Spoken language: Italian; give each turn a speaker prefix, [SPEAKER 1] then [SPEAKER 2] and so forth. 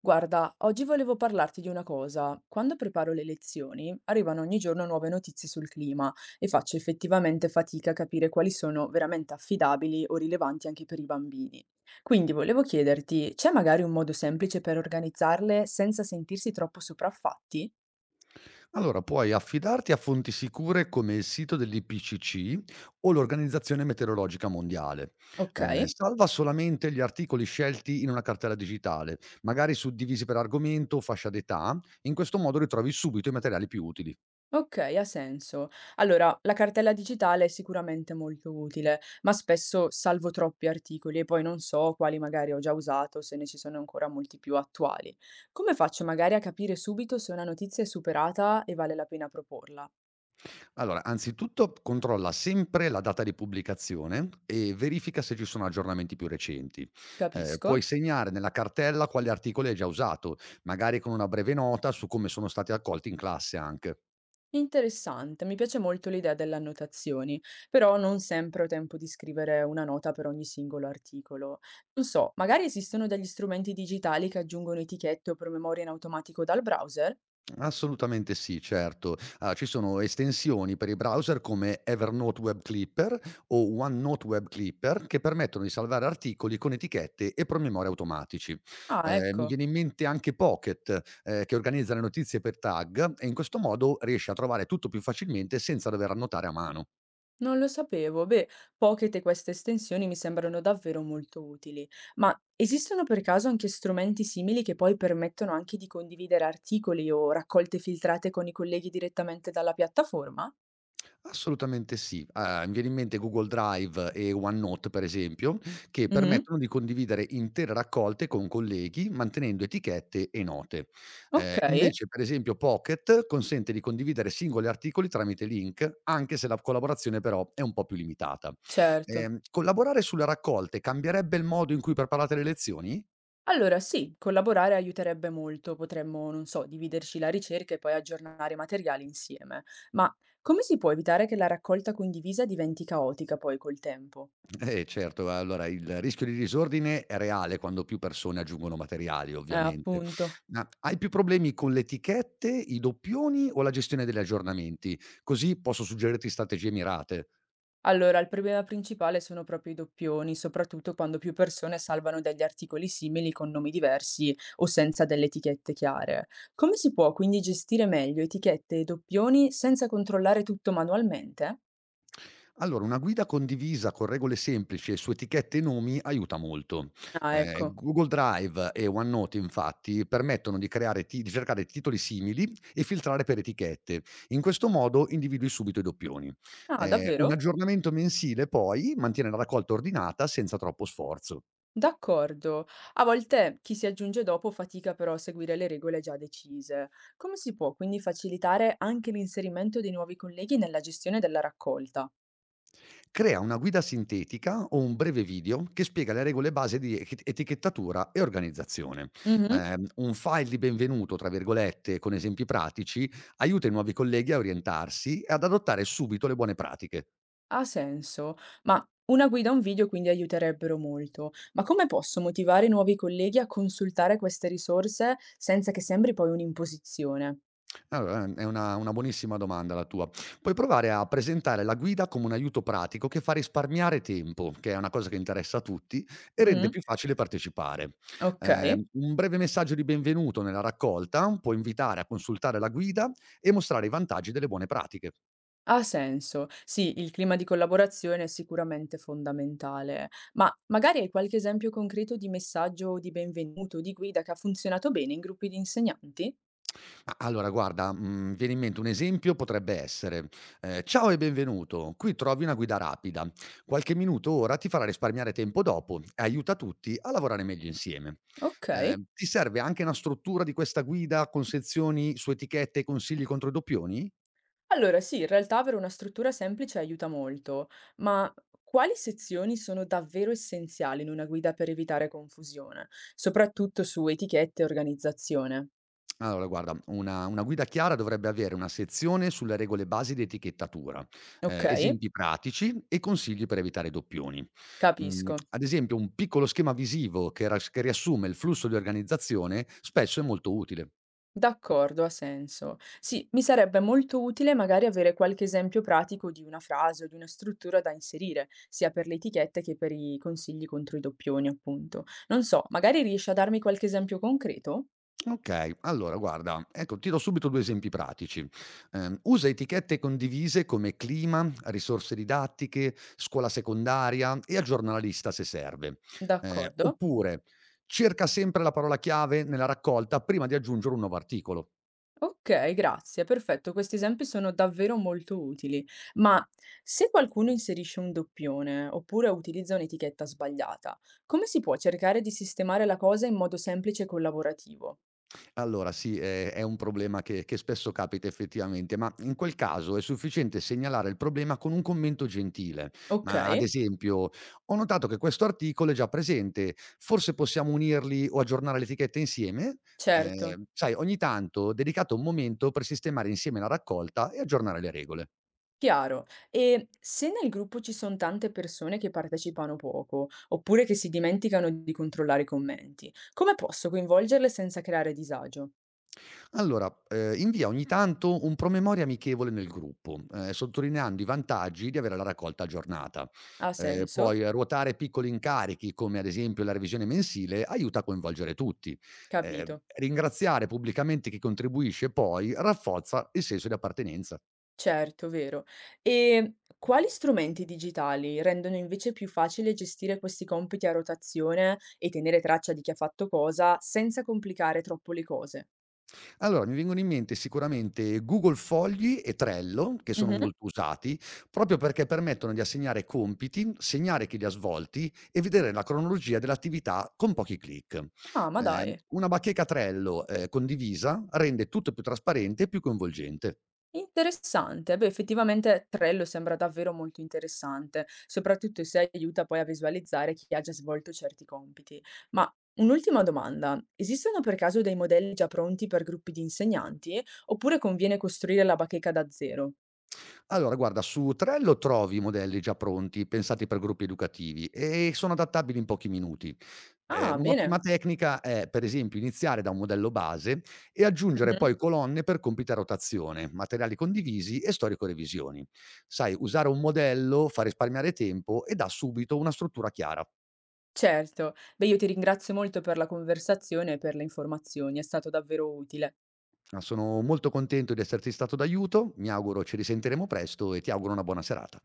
[SPEAKER 1] Guarda, oggi volevo parlarti di una cosa. Quando preparo le lezioni, arrivano ogni giorno nuove notizie sul clima e faccio effettivamente fatica a capire quali sono veramente affidabili o rilevanti anche per i bambini. Quindi volevo chiederti, c'è magari un modo semplice per organizzarle senza sentirsi troppo sopraffatti?
[SPEAKER 2] Allora, puoi affidarti a fonti sicure come il sito dell'IPCC o l'Organizzazione Meteorologica Mondiale.
[SPEAKER 1] Ok.
[SPEAKER 2] Salva solamente gli articoli scelti in una cartella digitale, magari suddivisi per argomento o fascia d'età. In questo modo ritrovi subito i materiali più utili.
[SPEAKER 1] Okay, ha senso. Allora, la cartella digitale è sicuramente molto utile, ma spesso salvo troppi articoli e poi non so quali magari ho già usato, se ne ci sono ancora molti più attuali. Come faccio magari a capire subito se una notizia è superata e vale la pena proporla?
[SPEAKER 2] Allora, anzitutto controlla sempre la data di pubblicazione e verifica se ci sono aggiornamenti più recenti. Puoi
[SPEAKER 1] Capisco.
[SPEAKER 2] segnare nella cartella quali articoli hai già usato, magari con una breve nota su come sono stati accolti in classe anche.
[SPEAKER 1] Interessante, mi piace molto l'idea delle annotazioni, però non sempre ho tempo di scrivere una nota per ogni singolo articolo. Non so, magari esistono degli strumenti digitali che aggiungono etichette o promemoria in automatico dal browser?
[SPEAKER 2] Assolutamente sì, certo. Ah, ci sono estensioni per i browser come Evernote Web Clipper o OneNote Web Clipper che permettono di salvare articoli con etichette e promemoria automatici.
[SPEAKER 1] Ah,
[SPEAKER 2] Mi
[SPEAKER 1] ecco,
[SPEAKER 2] viene in mente anche Pocket, che organizza le notizie per tag e in questo modo riesci a trovare tutto più facilmente senza dover annotare a mano.
[SPEAKER 1] non lo sapevo. Beh, Pocket e queste estensioni mi sembrano davvero molto utili. Ma esistono per caso anche strumenti simili che poi permettono anche di condividere articoli o raccolte filtrate con i colleghi direttamente dalla piattaforma?
[SPEAKER 2] Assolutamente sì. Mi viene in mente Google Drive e OneNote, per esempio, che
[SPEAKER 1] Mhm.
[SPEAKER 2] permettono di condividere intere raccolte con colleghi, mantenendo etichette e note.
[SPEAKER 1] Ok,
[SPEAKER 2] Invece, per esempio, Pocket consente di condividere singoli articoli tramite link, anche se la collaborazione però è un po' più limitata.
[SPEAKER 1] certo.
[SPEAKER 2] Collaborare sulle raccolte cambierebbe il modo in cui preparate le lezioni?
[SPEAKER 1] Allora sì, collaborare aiuterebbe molto, potremmo, non so, dividerci la ricerca e poi aggiornare i materiali insieme. Ma come si può evitare che la raccolta condivisa diventi caotica poi col tempo?
[SPEAKER 2] Eh certo, allora il rischio di disordine è reale quando più persone aggiungono materiali ovviamente.
[SPEAKER 1] Appunto.
[SPEAKER 2] Ma hai più problemi con le etichette, i doppioni o la gestione degli aggiornamenti? Così posso suggerirti strategie mirate.
[SPEAKER 1] Allora, il problema principale sono proprio i doppioni, soprattutto quando più persone salvano degli articoli simili con nomi diversi o senza delle etichette chiare. Come si può quindi gestire meglio etichette e doppioni senza controllare tutto manualmente?
[SPEAKER 2] Allora, una guida condivisa con regole semplici e su etichette e nomi aiuta molto.
[SPEAKER 1] Ah, ecco.
[SPEAKER 2] Google Drive e OneNote, infatti, permettono di, di cercare titoli simili e filtrare per etichette. In questo modo individui subito i doppioni.
[SPEAKER 1] Ah,
[SPEAKER 2] Un
[SPEAKER 1] davvero?
[SPEAKER 2] aggiornamento mensile, poi, mantiene la raccolta ordinata senza troppo sforzo.
[SPEAKER 1] D'accordo. A volte chi si aggiunge dopo fatica però a seguire le regole già decise. Come si può quindi facilitare anche l'inserimento dei nuovi colleghi nella gestione della raccolta?
[SPEAKER 2] Crea una guida sintetica o un breve video che spiega le regole base di echi etichettatura e organizzazione.
[SPEAKER 1] Mhm.
[SPEAKER 2] Un file di "benvenuto", tra virgolette, con esempi pratici, aiuta i nuovi colleghi a orientarsi e ad adottare subito le buone pratiche.
[SPEAKER 1] Ha senso, ma una guida o un video quindi aiuterebbero molto. Ma come posso motivare i nuovi colleghi a consultare queste risorse senza che sembri poi un'imposizione?
[SPEAKER 2] Allora, è una buonissima domanda la tua. Puoi provare a presentare la guida come un aiuto pratico che fa risparmiare tempo, che è una cosa che interessa a tutti, e rende
[SPEAKER 1] Mm,
[SPEAKER 2] più facile partecipare.
[SPEAKER 1] ok,
[SPEAKER 2] Un breve messaggio di benvenuto nella raccolta può invitare a consultare la guida e mostrare i vantaggi delle buone pratiche.
[SPEAKER 1] ha senso. Sì, il clima di collaborazione è sicuramente fondamentale, ma magari hai qualche esempio concreto di messaggio di benvenuto, di guida che ha funzionato bene in gruppi di insegnanti?
[SPEAKER 2] Ma allora guarda, viene in mente un esempio potrebbe essere: "Ciao e benvenuto, qui trovi una guida rapida. Qualche minuto ora ti farà risparmiare tempo dopo e aiuta tutti a lavorare meglio insieme".
[SPEAKER 1] Ok.
[SPEAKER 2] Ti serve anche una struttura di questa guida con sezioni su etichette e consigli contro i doppioni?
[SPEAKER 1] Allora sì, in realtà avere una struttura semplice aiuta molto, ma quali sezioni sono davvero essenziali in una guida per evitare confusione, soprattutto su etichette e organizzazione?
[SPEAKER 2] Allora guarda, una guida chiara dovrebbe avere una sezione sulle regole basi di etichettatura,
[SPEAKER 1] Ok,
[SPEAKER 2] esempi pratici e consigli per evitare doppioni.
[SPEAKER 1] capisco.
[SPEAKER 2] Ad esempio un piccolo schema visivo che riassume il flusso di organizzazione spesso è molto utile.
[SPEAKER 1] D'accordo, ha senso. Sì, mi sarebbe molto utile magari avere qualche esempio pratico di una frase o di una struttura da inserire, sia per le etichette che per i consigli contro i doppioni, appunto. Non so, magari riesci a darmi qualche esempio concreto?
[SPEAKER 2] Okay, allora guarda, ecco tiro subito due esempi pratici. Usa etichette condivise come clima, risorse didattiche, scuola secondaria e aggiorna la lista se serve.
[SPEAKER 1] D'accordo.
[SPEAKER 2] Oppure cerca sempre la parola chiave nella raccolta prima di aggiungere un nuovo articolo.
[SPEAKER 1] Okay, grazie, perfetto. Questi esempi sono davvero molto utili. Ma se qualcuno inserisce un doppione oppure utilizza un'etichetta sbagliata, come si può cercare di sistemare la cosa in modo semplice e collaborativo?
[SPEAKER 2] Allora sì, è un problema che spesso capita effettivamente, ma in quel caso è sufficiente segnalare il problema con un commento gentile. Ma ad
[SPEAKER 1] Okay,
[SPEAKER 2] esempio: "Ho notato che questo articolo è già presente, forse possiamo unirli o aggiornare l'etichetta insieme?"
[SPEAKER 1] certo,
[SPEAKER 2] Sai, ogni tanto dedicate un momento per sistemare insieme la raccolta e aggiornare le regole.
[SPEAKER 1] chiaro. E se nel gruppo ci sono tante persone che partecipano poco, oppure che si dimenticano di controllare i commenti, come posso coinvolgerle senza creare disagio?
[SPEAKER 2] Allora, invia ogni tanto un promemoria amichevole nel gruppo, sottolineando i vantaggi di avere la raccolta aggiornata.
[SPEAKER 1] Ha senso?
[SPEAKER 2] Poi ruotare piccoli incarichi, come ad esempio la revisione mensile, aiuta a coinvolgere tutti.
[SPEAKER 1] Capito.
[SPEAKER 2] Ringraziare pubblicamente chi contribuisce poi rafforza il senso di appartenenza.
[SPEAKER 1] Certo, vero. E quali strumenti digitali rendono invece più facile gestire questi compiti a rotazione e tenere traccia di chi ha fatto cosa senza complicare troppo le cose?
[SPEAKER 2] Allora, mi vengono in mente sicuramente Google Fogli e Trello, che sono
[SPEAKER 1] Mhm.
[SPEAKER 2] molto usati, proprio perché permettono di assegnare compiti, segnare chi li ha svolti e vedere la cronologia dell'attività con pochi click.
[SPEAKER 1] Ah, ma dai,
[SPEAKER 2] Una bacheca Trello, condivisa rende tutto più trasparente e più coinvolgente.
[SPEAKER 1] interessante. Beh, effettivamente Trello sembra davvero molto interessante, soprattutto se aiuta poi a visualizzare chi ha già svolto certi compiti. Ma un'ultima domanda, esistono per caso dei modelli già pronti per gruppi di insegnanti oppure conviene costruire la bacheca da zero?
[SPEAKER 2] Allora guarda, su Trello trovi modelli già pronti, pensati per gruppi educativi e sono adattabili in pochi minuti.
[SPEAKER 1] Ah, bene.
[SPEAKER 2] Un'ottima tecnica è, per esempio, iniziare da un modello base e aggiungere
[SPEAKER 1] Mh-mh.
[SPEAKER 2] poi colonne per compiti a rotazione, materiali condivisi e storico-revisioni. Sai, usare un modello fa risparmiare tempo e dà subito una struttura chiara.
[SPEAKER 1] Certo. Beh, io ti ringrazio molto per la conversazione e per le informazioni, è stato davvero utile.
[SPEAKER 2] Ah, sono molto contento di esserti stato d'aiuto, mi auguro ci risentiremo presto e ti auguro una buona serata.